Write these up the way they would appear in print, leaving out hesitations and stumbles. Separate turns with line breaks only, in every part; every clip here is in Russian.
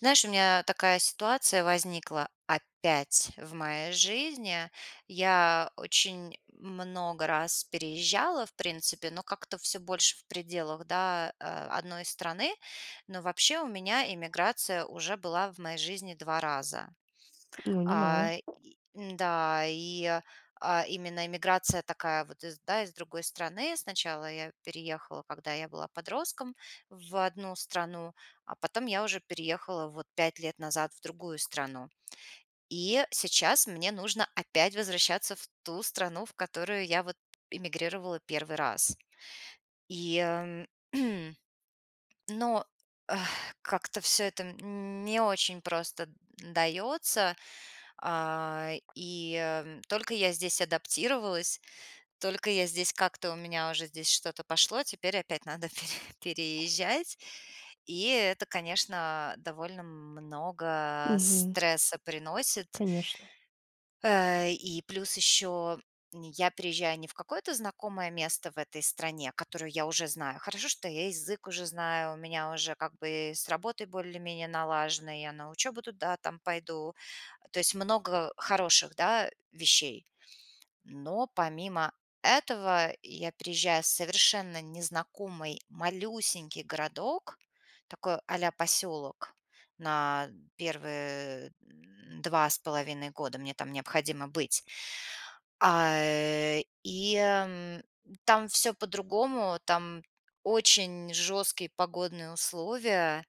Знаешь, у меня такая ситуация возникла опять в моей жизни. Я очень много раз переезжала, в принципе, но как-то все больше в пределах, да, одной страны. Но вообще у меня иммиграция уже была в моей жизни 2 раза.
Ну, немало.
А, и м-да, и, э, а, Именно иммиграция такая вот из, да, из другой страны. Сначала я переехала, когда я была подростком, в одну страну, а потом я уже переехала вот 5 лет назад в другую страну. И сейчас мне нужно опять возвращаться в ту страну, в которую я вот эмигрировала первый раз. И, эм, но, эх, как-то все это не очень просто дается. Только я здесь адаптировалась, только я здесь как-то у меня уже здесь что-то пошло, теперь опять надо переезжать. И это, конечно, довольно много
Мгм.
стресса приносит.
Конечно.
И плюс еще я переезжаю не в какое-то знакомое место в этой стране, которую я уже знаю. Хорошо, что я язык уже знаю, у меня уже как бы с работой более-менее налажено, я на учебу туда там пойду. То есть много хороших, да, вещей. Но помимо этого я приезжаю в совершенно незнакомый малюсенький городок, такой а-ля поселок, на первые 2,5 года мне там необходимо быть. А, э, и, эм, там всё по-другому, там очень жесткие погодные условия.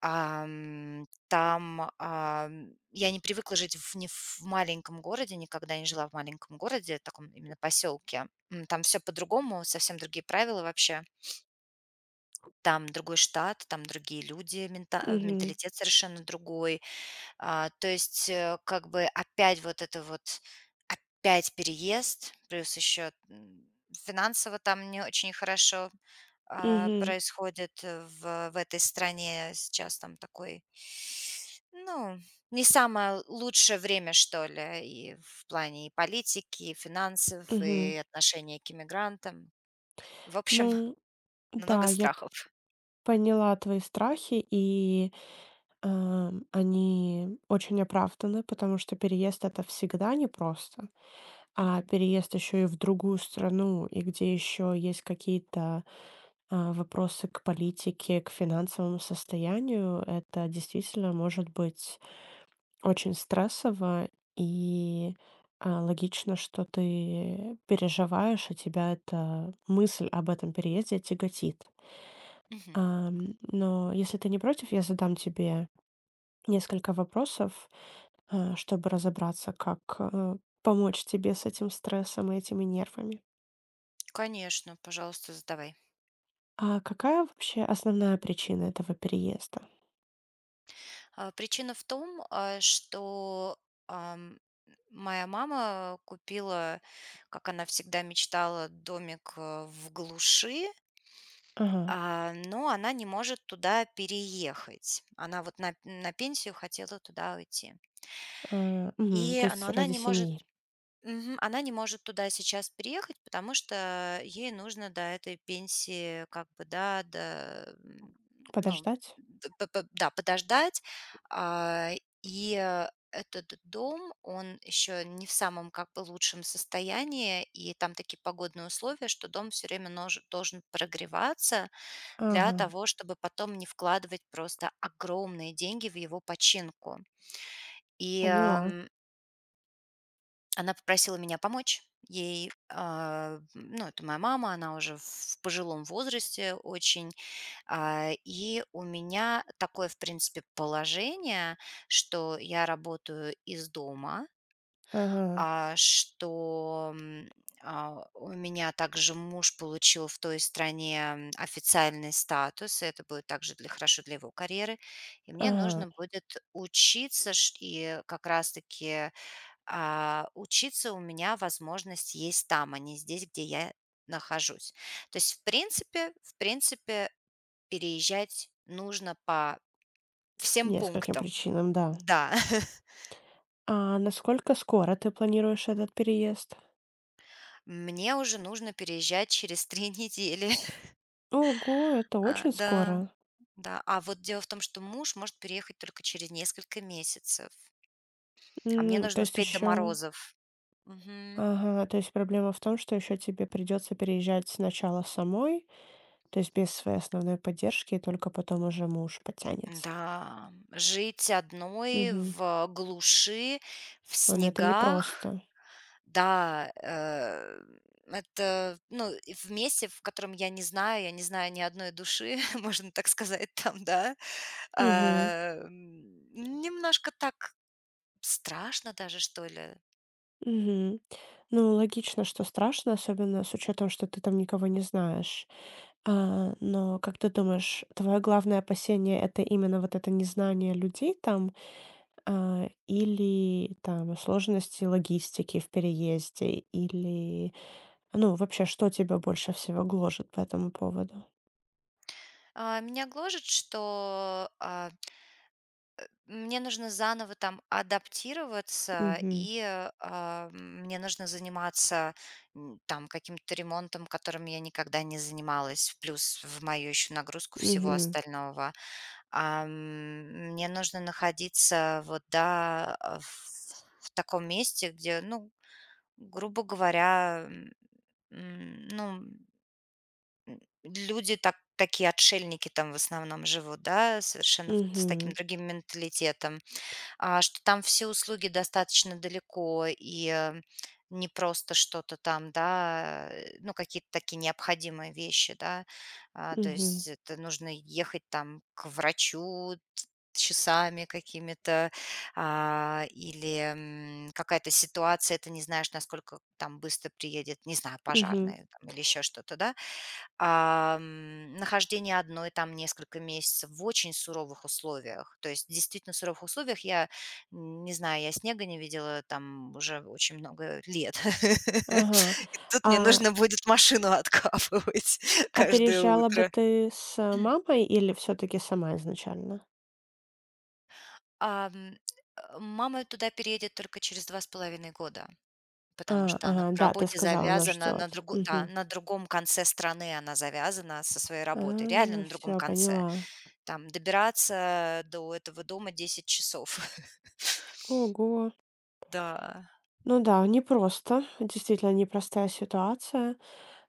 Я не привыкла жить в маленьком городе, никогда не жила в маленьком городе, таком именно поселке. Там все по-другому, совсем другие правила вообще. Там другой штат, там другие люди,
Мгм.
менталитет совершенно другой. То есть, как бы опять вот это вот, опять переезд, плюс еще, финансово там не очень хорошо
Мгм.
происходит в этой стране сейчас там такой, ну, не самое лучшее время, что ли, и в плане и политики, и финансов,
Мгм.
и отношения к иммигрантам. В общем,
Ну
много
да, я п
страхов.
поняла твои страхи, и, они очень оправданы, потому что переезд- это всегда непросто, а
Мгм.
переезд еще и в другую страну, и где еще есть какие-то, вопросы к политике, к финансовому состоянию. Это действительно может быть очень стрессово и, логично, что ты переживаешь, и тебя эта мысль об этом переезде тяготит.
Мгм.
Но если ты не против, я задам тебе несколько вопросов, чтобы разобраться, как, помочь тебе с этим стрессом и этими нервами.
Конечно, пожалуйста, задавай.
Какая вообще основная причина этого переезда?
Причина в том, что ам, моя мама купила, как она всегда мечтала, домик в глуши.
Ага.
Но она не может туда переехать. Она вот на пенсию хотела туда уйти.
Мгм. То
И, но
есть
она
ради
не может.
семьи
Мгм. Она не может туда сейчас переехать, потому что ей нужно до этой пенсии как бы, да, до, м, ну,
подождать?
д п п да, подождать. А, Этот дом, он еще не в самом как бы лучшем состоянии, и там такие погодные условия, что дом все время нож должен прогреваться для
Ага,
того, чтобы потом не вкладывать просто огромные деньги в его починку. И,
поняла.
ам, она попросила меня помочь. Ей, а, ну, это моя мама, она уже в пожилом возрасте очень. И у меня такое, в принципе, положение, что я работаю из дома,
Ага,
а, что, м, у меня также муж получил в той стране, официальный статус, и это будет также для хорошо для его карьеры. И мне
ага.
нужно будет учиться, ш и как раз таки, учиться у меня возможность есть там, а не здесь, где я нахожусь. То есть, в принципе, переезжать нужно по всем
Нескольким
пунктам.
причинам, да.
Да,
Насколько скоро ты планируешь этот переезд?
мне уже нужно переезжать через 3 недели.
Ого, это очень
Да.
скоро.
Да, а вот дело в том, что муж может переехать только через несколько месяцев, а мне
То
нужно
есть
успеть до
еще.
морозов. Мгм.
Ага, то есть проблема в том, что еще тебе придется переезжать сначала самой, то есть без своей основной поддержки, и только потом уже муж потянется.
Да, жить одной
Угу.
в глуши, в
Он это
снегах.
непросто.
Да, это, ну, и в месте, в котором я не знаю ни одной души, можно так сказать, там, да.
Угу.
Немножко так страшно даже, что ли.
Мгм. Ну, логично, что страшно, особенно с учетом, что ты там никого не знаешь. Но как ты думаешь, твое главное опасение это именно вот это незнание людей там, или там сложности логистики в переезде, или ну вообще, что тебя больше всего гложет по этому поводу?
Меня гложет, что мне нужно заново там адаптироваться,
Мгм.
и, мне нужно заниматься, там каким-то ремонтом, которым я никогда не занималась, плюс в мою еще нагрузку всего
Мгм.
остального. Ам, Мне нужно находиться вот, да, в таком месте, где, ну, грубо говоря, м, ну, люди такие отшельники там в основном живут, да, совершенно в с таким
Мгм.
другим менталитетом, что там все услуги достаточно далеко и не просто что-то там, да, ну, какие-то такие необходимые вещи, да, то
Мгм.
есть это нужно ехать там к врачу часами какими-то, а, или какая-то ситуация, ты не знаешь, насколько там быстро приедет, не знаю,
Мгм.
пожарные там, или еще что-то, да. Нахождение одной там несколько месяцев в очень суровых условиях. То есть действительно суровых условиях я, не знаю, я снега не видела там уже очень много лет.
Ага.
И тут
А
мне нужно будет машину откапывать каждое
Опережала бы
утро.
ты с мамой или все таки сама изначально?
Ам, Мама туда переедет только через 2,5 года, потому что она
Ага,
по
да, ты
работе
сказала, она
завязана на
ждет.
друго да,
Мгм.
на другом конце страны она завязана со своей работой, реально на другом
Всё,
конце.
поняла.
Там добираться до этого дома 10 часов.
Ого.
Да.
Ну да, непросто, действительно непростая ситуация,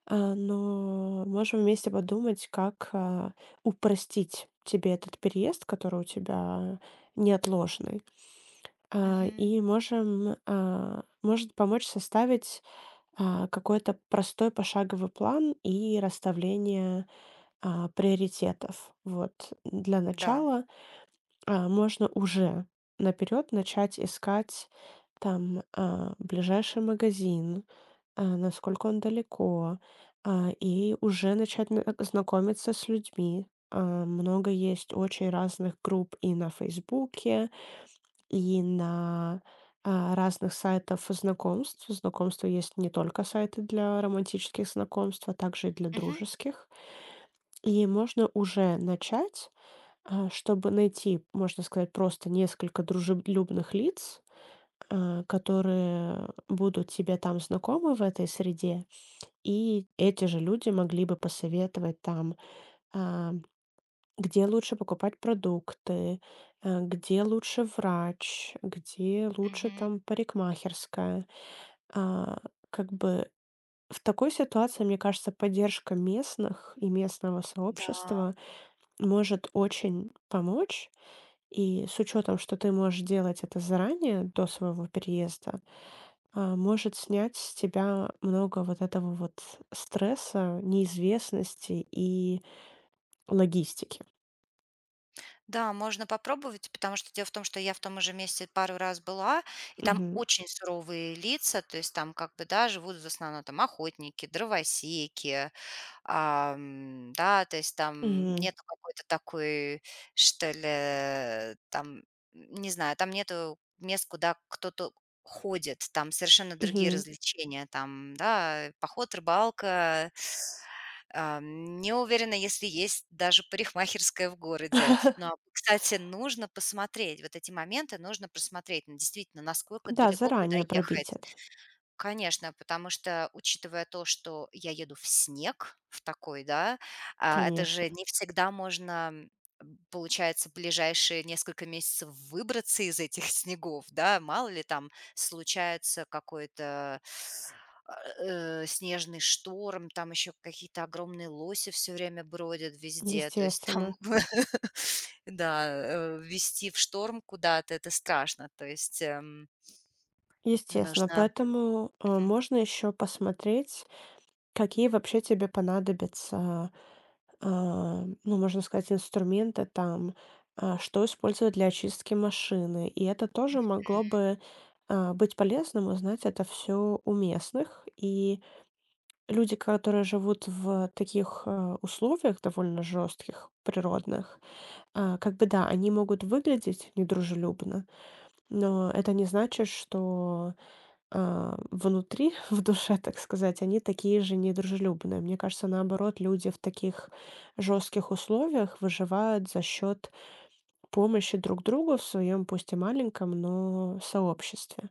но можем вместе подумать, как, упростить тебе этот переезд, который у тебя неотложный.
Мгм.
И можем, может помочь составить, какой-то простой пошаговый план и расставление приоритетов. Вот для
Да.
начала, можно уже наперед начать искать там, ближайший магазин, насколько он далеко, и уже начать на знакомиться с людьми. Много есть очень разных групп и на "Фейсбуке", и на, разных сайтов знакомств. Знакомства есть не только сайты для романтических знакомств, а также и для
Мгм.
дружеских. И можно уже начать чтобы найти, можно сказать, просто несколько дружелюбных лиц, которые будут тебе там знакомы в этой среде, и эти же люди могли бы посоветовать там, а, где лучше покупать продукты, где лучше врач, где лучше
Мгм.
там парикмахерская. А, как бы в такой ситуации, мне кажется, поддержка местных и местного
Да.
сообщества может очень помочь. И с учетом, что ты можешь делать это заранее, до своего переезда, может снять с тебя много вот этого вот стресса, неизвестности и логистики.
Да, можно попробовать, потому что дело в том, что я в том же месте пару раз была, и там
Мгм.
очень суровые лица, то есть там как бы, да, живут в основном там охотники, дровосеки. Да, то есть там
Мгм.
нету какой-то такой, что ли, там, не знаю, там нету мест, куда кто-то ходит, там совершенно другие
Мгм.
развлечения, там, да, поход, рыбалка. Не уверена, если есть даже парикмахерская в городе. Но, кстати, нужно посмотреть, вот эти моменты нужно просмотреть, ну, действительно, насколько
Да,
далеко, куда
заранее пробить
ехать.
это,
Конечно, потому что, учитывая то, что я еду в снег, в такой, да, это
конечно,
же не всегда можно, получается, ближайшие несколько месяцев выбраться из этих снегов, да, мало ли там случается какой-то снежный шторм, там еще какие-то огромные лоси все время бродят везде, то есть там,
естественно.
да, вести в шторм куда-то это страшно, то есть
Естественно,
нужно.
поэтому, можно еще посмотреть, какие вообще тебе понадобятся, ну, можно сказать, инструменты там, что использовать для очистки машины? И это тоже могло бы, быть полезным узнать это все у местных. И люди, которые живут в таких, условиях довольно жестких природных, как бы да, они могут выглядеть недружелюбно, но это не значит, что внутри, в душе, так сказать, они такие же недружелюбные. Мне кажется, наоборот, люди в таких жестких условиях выживают за счет помощи друг другу в своем, пусть и маленьком, но сообществе.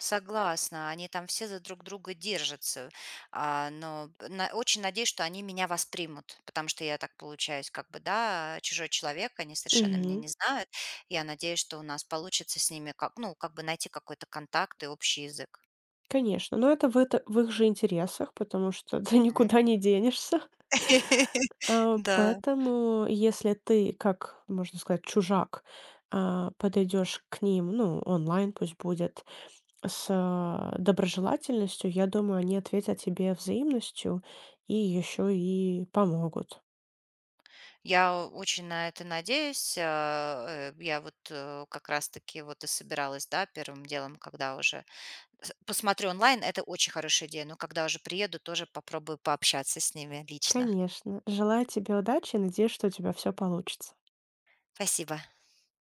Согласна, они там все за друг друга держатся, а, но б на очень надеюсь, что они меня воспримут, потому что я так получаюсь как бы, да, чужой человек, они совершенно меня
Мгм.
не знают. Я надеюсь, что у нас получится с ними как ну, как бы найти какой-то контакт и общий язык.
Конечно, но это в их же интересах, потому что ты
М.
никуда не денешься.
Да,
Поэтому, если ты, как можно сказать, чужак, подойдешь к ним, ну, онлайн пусть будет, доброжелательностью, я думаю, они ответят тебе взаимностью и еще и помогут.
я очень на это надеюсь. Я вот, как раз таки вот и собиралась, да, первым делом, когда уже С посмотрю онлайн, это очень хорошая идея, но когда уже приеду, тоже попробую пообщаться с ними лично.
Конечно. Желаю тебе удачи и надеюсь, что у тебя все получится.
Спасибо.